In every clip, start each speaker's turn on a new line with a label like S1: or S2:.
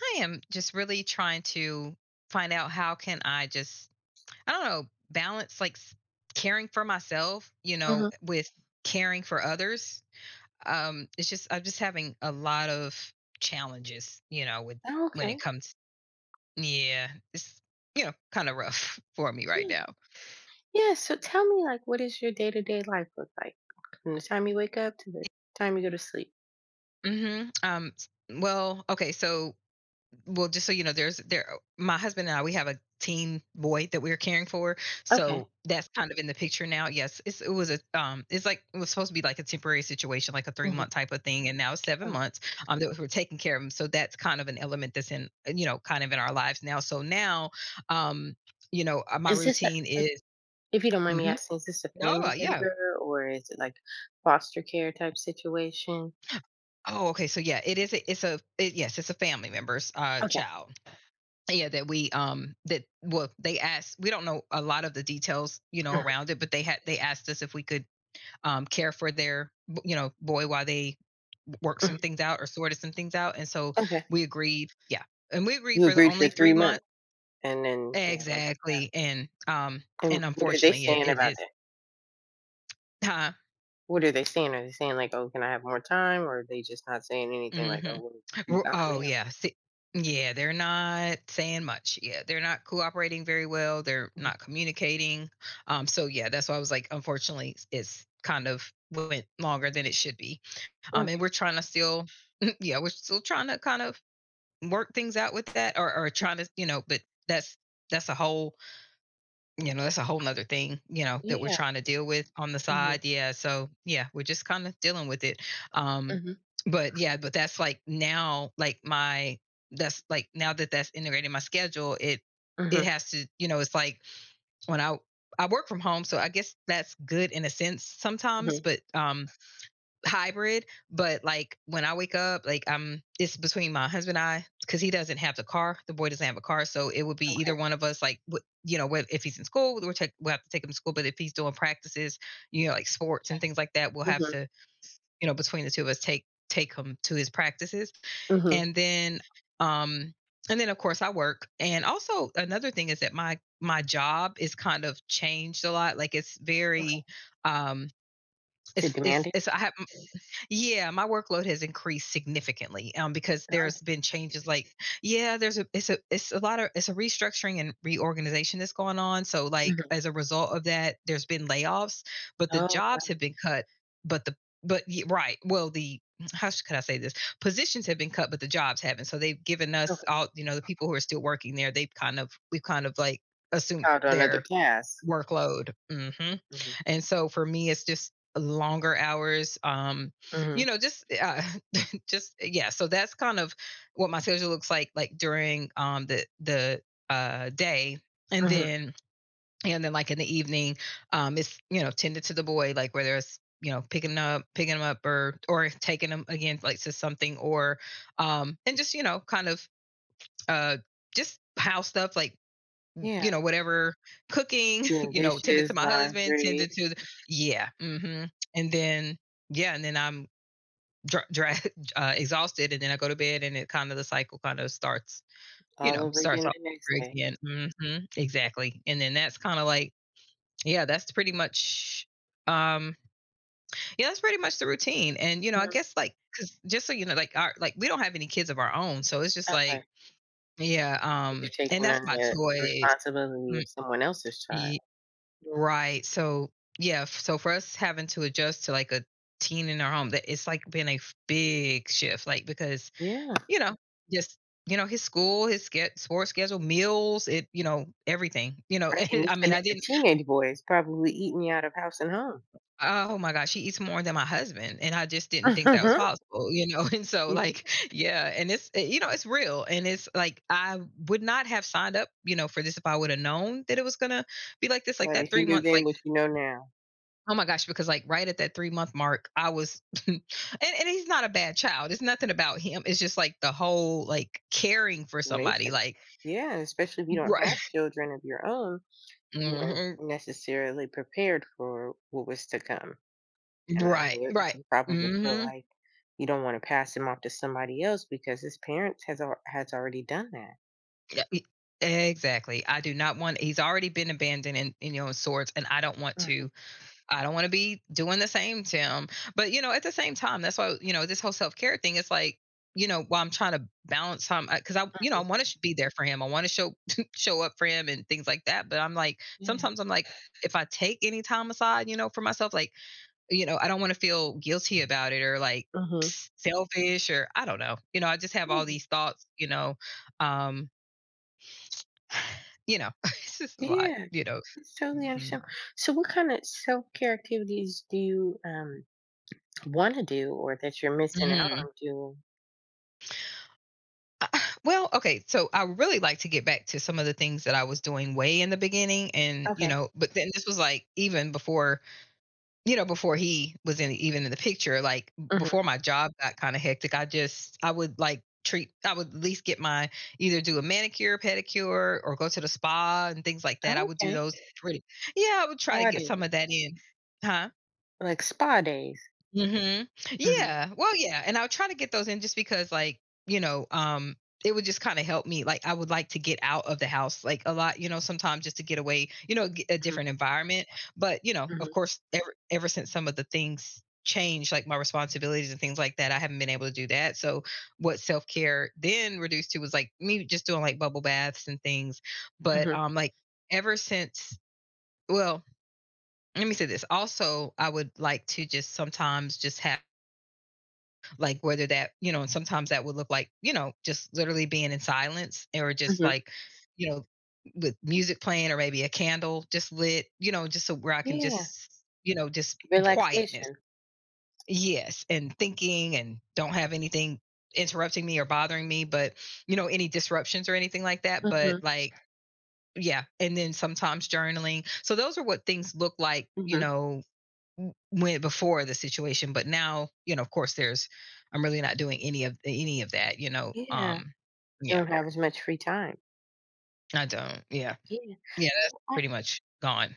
S1: I am just really trying to find out how can I just, I don't know, balance, like, caring for myself,
S2: Uh-huh.
S1: with caring for others. It's just I'm just having a lot of challenges, with
S2: Oh,
S1: when it
S2: okay.
S1: comes. Yeah, it's kind of rough for me right
S2: Yeah.
S1: now.
S2: Yeah. So tell me, like, what does your day to day life look like from the time you wake up to the time you go to sleep?
S1: Well, okay, so, well, just so you know, there's there. My husband and I, we have a teen boy that we're caring for,
S2: Okay.
S1: so that's kind of in the picture now. Yes, it was a it's like it was supposed to be like a temporary situation, like a three
S2: Hmm.
S1: month type of thing, and now it's seven
S2: Uh,
S1: months that we're taking care of him. So that's kind of an element that's in you know kind of in our lives now. So now, um, my
S2: is this, a,
S1: routine
S2: a-
S1: is.
S2: if you don't mind me
S1: Mm-hmm.
S2: asking, is this a
S1: Oh,
S2: family
S1: yeah.
S2: member or is it like foster care type situation?
S1: Oh, okay. So yeah, it is. A, it's a it, yes, it's a family member's
S2: Okay.
S1: child. Yeah, that well, they asked. We don't know a lot of the details,
S2: Mhm,
S1: around it, but they asked us if we could care for their, boy while they worked some
S2: mhm.
S1: things out or sorted some things out, and so
S2: Okay.
S1: we agreed. Yeah, and we agreed
S2: You
S1: for the
S2: agreed for
S1: only
S2: three
S1: 3 months
S2: months and then now it's uh,
S1: exactly, and um,
S2: and
S1: and
S2: what are they
S1: unfortunately, it
S2: saying
S1: it
S2: about
S1: is,
S2: that?
S1: huh?
S2: What are they saying? Are they saying like, "Oh, can I have more time?" Or are they just not saying anything
S1: hmm
S2: like, "Oh, well, you
S1: Well,
S2: got 'em
S1: oh,
S2: now"?
S1: yeah, see, yeah, they're not saying much. Yeah, they're not cooperating very well. They're
S2: Mhm.
S1: not communicating. So yeah, that's why I was like, unfortunately, it's kind of went longer than it should be. And
S2: Okay.
S1: we're trying to still, yeah, we're still trying to kind of work things out with that, or trying to, but that's that's a whole nother thing, that we're
S2: Yeah.
S1: trying to deal with on the side. Yeah. So yeah, we're just kind of dealing with it. Um,
S2: Mhm,
S1: but yeah, but that's like now that that's integrated in my schedule, it
S2: mhm,
S1: has to, it's like when I work from home, so I guess that's good in a sense sometimes.
S2: mhm.
S1: But hybrid, but like when I wake up, like I'm it's between my husband and I, because he doesn't have the car. The boy doesn't have a car, so it would be
S2: Okay.
S1: either one of us. Like, if he's in school, we'll have to take him to school. But if he's doing practices, like sports and things like that, we'll have
S2: Mhm,
S1: to, between the two of us, take him to his practices,
S2: mhm.
S1: and then um and then, of course, I work. And also, another thing is that my job is kind of changed a lot. Like it's
S2: Okay.
S1: very, um
S2: Is it demanding?
S1: it's I have yeah, my workload has increased significantly, because there's
S2: Okay.
S1: been changes, like, yeah, there's a it's a it's a lot of it's a restructuring and reorganization that's going on. So, like,
S2: Mhm.
S1: as a result of that, there's been layoffs, but the
S2: Oh,
S1: jobs have been cut, but the but y right, well, the how should could I say this? Positions have been cut, but the jobs haven't, so they've given us
S2: okay.
S1: all, the people who are still working there, they've kind of we've kind of, like, assumed
S2: Out called another
S1: their
S2: class. Task.
S1: workload. Mhm.
S2: Mhm,
S1: And so for me, it's just longer hours,
S2: mhm,
S1: you know, just, uh, just, yeah, so that's kind of what my schedule looks like, during, the day, and
S2: mhm.
S1: then, and then, like, in the evening, it's, tended to the boy, like, whether it's, picking him up or taking him again, like, to something, or, and just, you know, kind of, uh, just house stuff, like,
S2: Yeah.
S1: whatever, cooking,
S2: Doing
S1: tended to
S2: dishes,
S1: my husband,
S2: laundry,
S1: tended to the, yeah, mhm, and then, yeah, and then I'm dra dra exhausted, and then I go to bed, and it kinda the cycle kinda starts, you
S2: all
S1: know,
S2: over
S1: starts
S2: again
S1: all
S2: the next
S1: over
S2: day.
S1: again. Mhm, exactly, and then that's kinda like, yeah, that's pretty much, um yeah, that's pretty much the routine, and, I
S2: Mhm.
S1: guess, like, cause, just so you know, like, we don't have any kids of our own, so it's just
S2: Okay.
S1: like, yeah,
S2: That, 'cause you're
S1: and
S2: taking
S1: that's
S2: on
S1: my
S2: the
S1: choice.
S2: responsibility
S1: Mm.
S2: of someone else's child.
S1: Right. So, yeah, so for us having to adjust to like a teen in our home, that it's like been a big shift, like, because,
S2: Yeah.
S1: you know, just, his school, his sports schedule, meals, everything,
S2: Right, and
S1: and
S2: you
S1: I mean,
S2: said
S1: I
S2: it's a
S1: didn't,
S2: teenage boy. It's probably eating you out of house and home.
S1: oh my gosh, she eats more than my husband. And I just didn't think that was possible, you know? And so,
S2: Yeah.
S1: like, yeah. And it's, eh, you know, it's real. And it's like, I would not have signed up, for this if I would have known that it was going to be like this, like
S2: But
S1: that
S2: if you
S1: three
S2: knew
S1: months,
S2: then
S1: like,
S2: what you know now,
S1: oh my gosh, because, like, right at that 3 month mark, I was, and, and he's not a bad child. It's nothing about him. It's just like the whole like caring for somebody,
S2: situation.
S1: like.
S2: Yeah, especially if you don't
S1: Right.
S2: have children of your own. You weren't
S1: hmm
S2: necessarily prepared for what was to come. And I
S1: right,
S2: know it
S1: right.
S2: can probably feel
S1: hmm
S2: like you don't want to pass him off to somebody else because his parents has has already done that.
S1: exactly. I do not want. He's already been abandoned and, in sorts, and I don't want
S2: Mhm.
S1: to I don't want to be doing the same to him. But at the same time, that's why, this whole self care thing is like, while I'm trying to balance him, because I you know I want to be there for him. I want to show show up for him and things like that. But I'm like
S2: Yeah.
S1: sometimes I'm like, if I take any time aside, for myself, like, I don't want to feel guilty about it, or, like,
S2: Hmm.
S1: selfish, or I don't know. I just have all
S2: Yeah.
S1: these thoughts. You know. um, it's just a lot.
S2: Yeah.
S1: You know.
S2: It's totally understandable. So, what kind of self care activities do you want to do, or that you're missing out
S1: hmm
S2: on doing?
S1: Uh, well, okay, so I really like to get back to some of the things that I was doing way in the beginning and,
S2: Okay.
S1: but then this was like even before, before he was in even in the picture, like before
S2: Hmm.
S1: my job got kind of hectic, I just I would like treat I would at least get my either do a manicure, pedicure, or go to the spa and things like that. I
S2: Oh,
S1: would do
S2: okay.
S1: those pretty. Yeah, I would try to
S2: Spa
S1: get
S2: days,
S1: some of that in. Huh?
S2: like spa days.
S1: Mhm.
S2: Hmm.
S1: Yeah. Well, yeah, and I'll try to get those in just because, like, you know, um, it would just kinda help me, like, I would like to get out of the house, like, a lot, sometimes, just to get away, get a
S2: Hmm.
S1: different environment, but, of
S2: Hmm.
S1: course, ever since some of the things changed, like, my responsibilities and things like that, I haven't been able to do that. So what self-care then reduced to was, like, me just doing, like, bubble baths and things, but,
S2: Hmm.
S1: like, ever since well, let me say this, also, I would like to just, sometimes, just have, like, whether that, and sometimes that would look like, just literally being in silence, or just
S2: Hmm.
S1: like, you know with music playing, or maybe a candle just lit, just so where I can
S2: Yeah.
S1: just, just, quietness,
S2: Relaxation.
S1: yes, and thinking and don't have anything interrupting me or bothering me, but, any disruptions or anything like that, but
S2: Hmm.
S1: like, yeah. And then sometimes journaling, so those are what things look like,
S2: Hmm.
S1: went before the situation, but now, of course, there's I'm really not doing any of that,
S2: Yeah, you
S1: yeah.
S2: don't have as much free time.
S1: I don't. Yeah,
S2: Yeah,
S1: yeah, that's
S2: I,
S1: pretty much gone.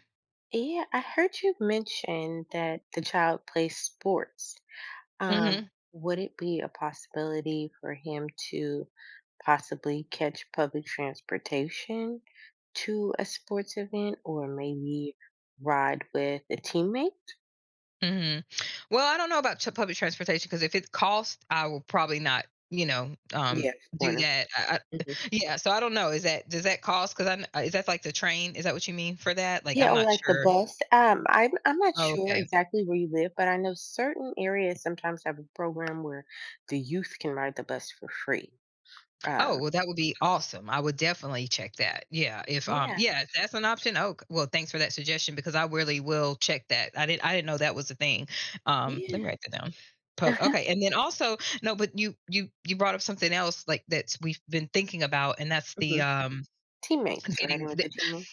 S2: yeah. I heard you mention that the child plays sports. Um,
S1: hmm
S2: would it be a possibility for him to possibly catch public transportation to a sports event, or maybe ride with a teammate?
S1: hmm well, I don't know about public transportation, because if it costs I will probably not,
S2: Yes,
S1: do
S2: one of.
S1: that.
S2: Mhm.
S1: Yeah, so I don't know, is that does that cost, because is that like the train, is that what you mean for that, like
S2: Yeah,
S1: I'm
S2: or
S1: not
S2: like the
S1: sure?
S2: bus. I'm not
S1: Oh,
S2: sure
S1: okay.
S2: exactly where you live, but I know certain areas sometimes have a program where the youth can ride the bus for free. Um,
S1: Oh, well, that would be awesome. I would definitely check that. Yeah,
S2: yeah,
S1: if that's an option, oh, well, thanks for that suggestion, because I really will check that. I didn't know that was a thing. Let me
S2: yeah,
S1: write that down. Po
S2: uh-huh,
S1: okay, and then also no, but you brought up something else like that's we've been thinking about, and that's the,
S2: mhm,
S1: um,
S2: teammates,
S1: getting
S2: riding with the teammates,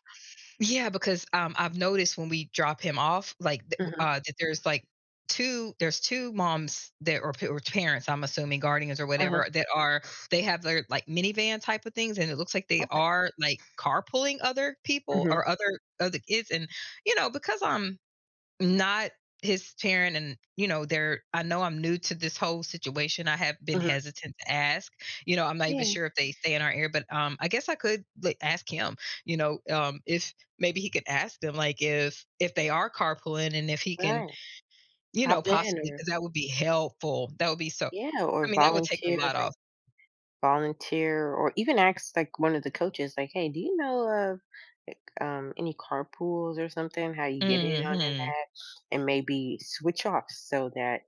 S1: yeah, because, I've noticed when we drop him off, like, th
S2: mhm,
S1: that there's, like, 2 there's 2 moms that or parents, I'm assuming, guardians or
S2: uh-huh,
S1: whatever, that are they have their, like, minivan type of things, and it looks like they
S2: okay,
S1: are, like, carpooling other people
S2: mhm,
S1: or other kids, and, you know, because I'm not his parent and, you know, they're I know I'm new to this whole situation. I have been
S2: mhm,
S1: hesitant to ask. You know, I'm not even
S2: yeah,
S1: sure if they stay in our area, but, I guess I could, like, ask him, you know, if maybe he could ask them, like, if they are carpooling and if he can,
S2: right,
S1: you
S2: hop
S1: know,
S2: in
S1: possibly
S2: or
S1: because that would be helpful. That would be so
S2: yeah, or
S1: I mean, that would take a
S2: volunteer,
S1: lot
S2: like,
S1: off.
S2: volunteer or even ask, like, one of the coaches, like, "Hey, do you know of, like, any carpools or something, how you get in on in
S1: Mhm.
S2: that?" And maybe switch off so that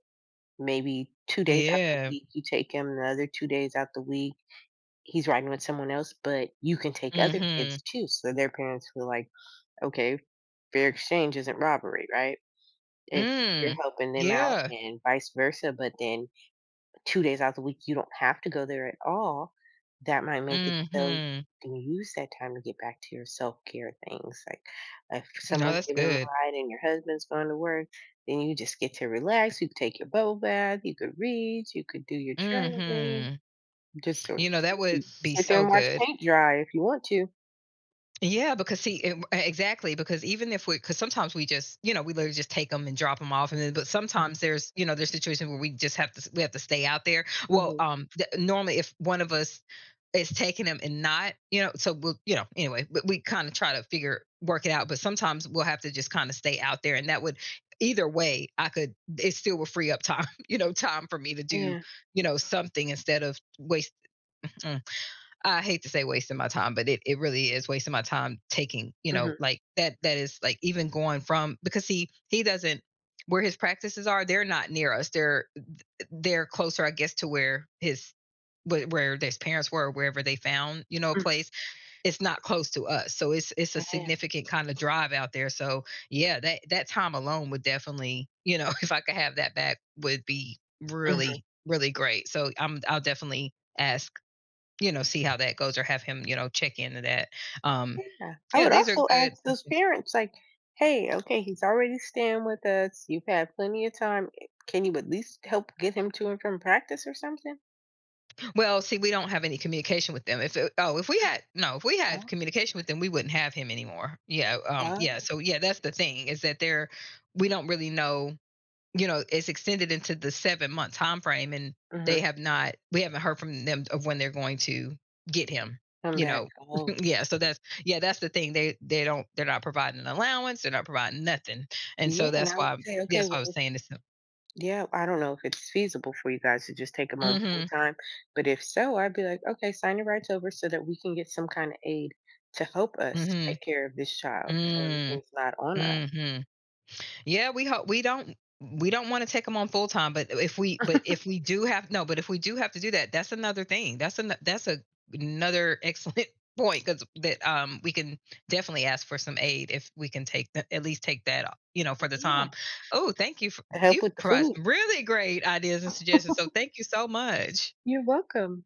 S2: maybe 2 days out the
S1: Yeah.
S2: week, you take him, the other 2 days out the week he's riding with someone else, but you can take other kids
S1: Mhm.
S2: too. So their parents were like, okay, fair exchange isn't robbery, right? If you're
S1: Mm.
S2: helping them out
S1: Yeah.
S2: and vice versa, but then 2 days out of the week, you don't have to go there at all, that might make it so you
S1: Mhm.
S2: can use that time to get back to your self care things. Like if
S1: No,
S2: someone's
S1: that's
S2: giving them a
S1: good.
S2: ride and your husband's going to work, then you just get to relax. You can take your bubble bath, you could read, you could do your journaling,
S1: Mhm.
S2: just so
S1: You know,
S2: so
S1: that
S2: you
S1: would
S2: can
S1: be
S2: sit there
S1: so
S2: and watch
S1: good.
S2: paint dry if you want to.
S1: Yeah, because see, it, exactly. Because even if we, because sometimes we just, you know, we literally just take them and drop them off, and then, but
S2: Mhm,
S1: sometimes there's, you know, there's situations where we just have to, we have to stay out there. Well,
S2: mhm.
S1: normally if one of us is taking them and not, you know, so we'll, you know, anyway, we kind of try to figure work it out, but sometimes we'll have to just kind of stay out there, and that would, either way, I could, it still will free up time, you know, time for me to do,
S2: Yeah.
S1: you know, something instead of waste. mm, I hate to say wasting my time, but it really is wasting my time taking, you know,
S2: Mhm,
S1: like that is like even going from because he doesn't where his practices are, they're not near us. They're closer, I guess, to where his where his parents were, wherever they found, you know, a
S2: mm,
S1: place. It's not close to us. So it's a
S2: yeah,
S1: significant kind of drive out there. So yeah, that time alone would definitely, you know, if I could have that back would be
S2: mhm.
S1: really, really great. So I'll definitely ask you know, see how that goes or have him, you know, check into that. Um,
S2: Yeah. I
S1: yeah,
S2: would
S1: these are
S2: also
S1: good.
S2: ask those parents, like, "Hey, okay, he's already staying with us. You've had plenty of time. Eh, can you at least help get him to and from practice or something?"
S1: Well, see, we don't have any communication with them. If it, oh, if we had no, if we had
S2: Oh,
S1: communication with them, we wouldn't have him anymore. Yeah, yeah.
S2: oh.
S1: So yeah, that's the thing is that they're we don't really know you know, it's extended into the 7 month time frame, and they
S2: Mhm.
S1: have not. We haven't heard from them of when they're going to get him.
S2: Come
S1: You
S2: back.
S1: know,
S2: Oh.
S1: yeah. So that's yeah, that's the thing. They don't. They're not providing an allowance. They're not providing nothing. And
S2: Yeah,
S1: so
S2: and I would say, "Okay,
S1: that's why I was
S2: well,"
S1: saying this.
S2: yeah, I don't know if it's feasible for you guys to just take them on full
S1: Mm-hmm.
S2: time, but if so, I'd be like, okay, sign your rights over so that we can get some kind of aid to help us take
S1: Mm-hmm.
S2: care of this child so everything's
S1: Mm-hmm.
S2: not on us.
S1: Mm-hmm. Yeah, we hope we don't want to take them on full time, but if we do have no, but if we do have to do that, that's another thing. That's a another excellent point because that we can definitely ask for some aid if we can take the, at least take that you know for the time.
S2: Yeah.
S1: Oh, thank you for
S2: To help
S1: you've
S2: with the
S1: provided
S2: food.
S1: some really great ideas and suggestions. So thank you so much.
S2: You're welcome.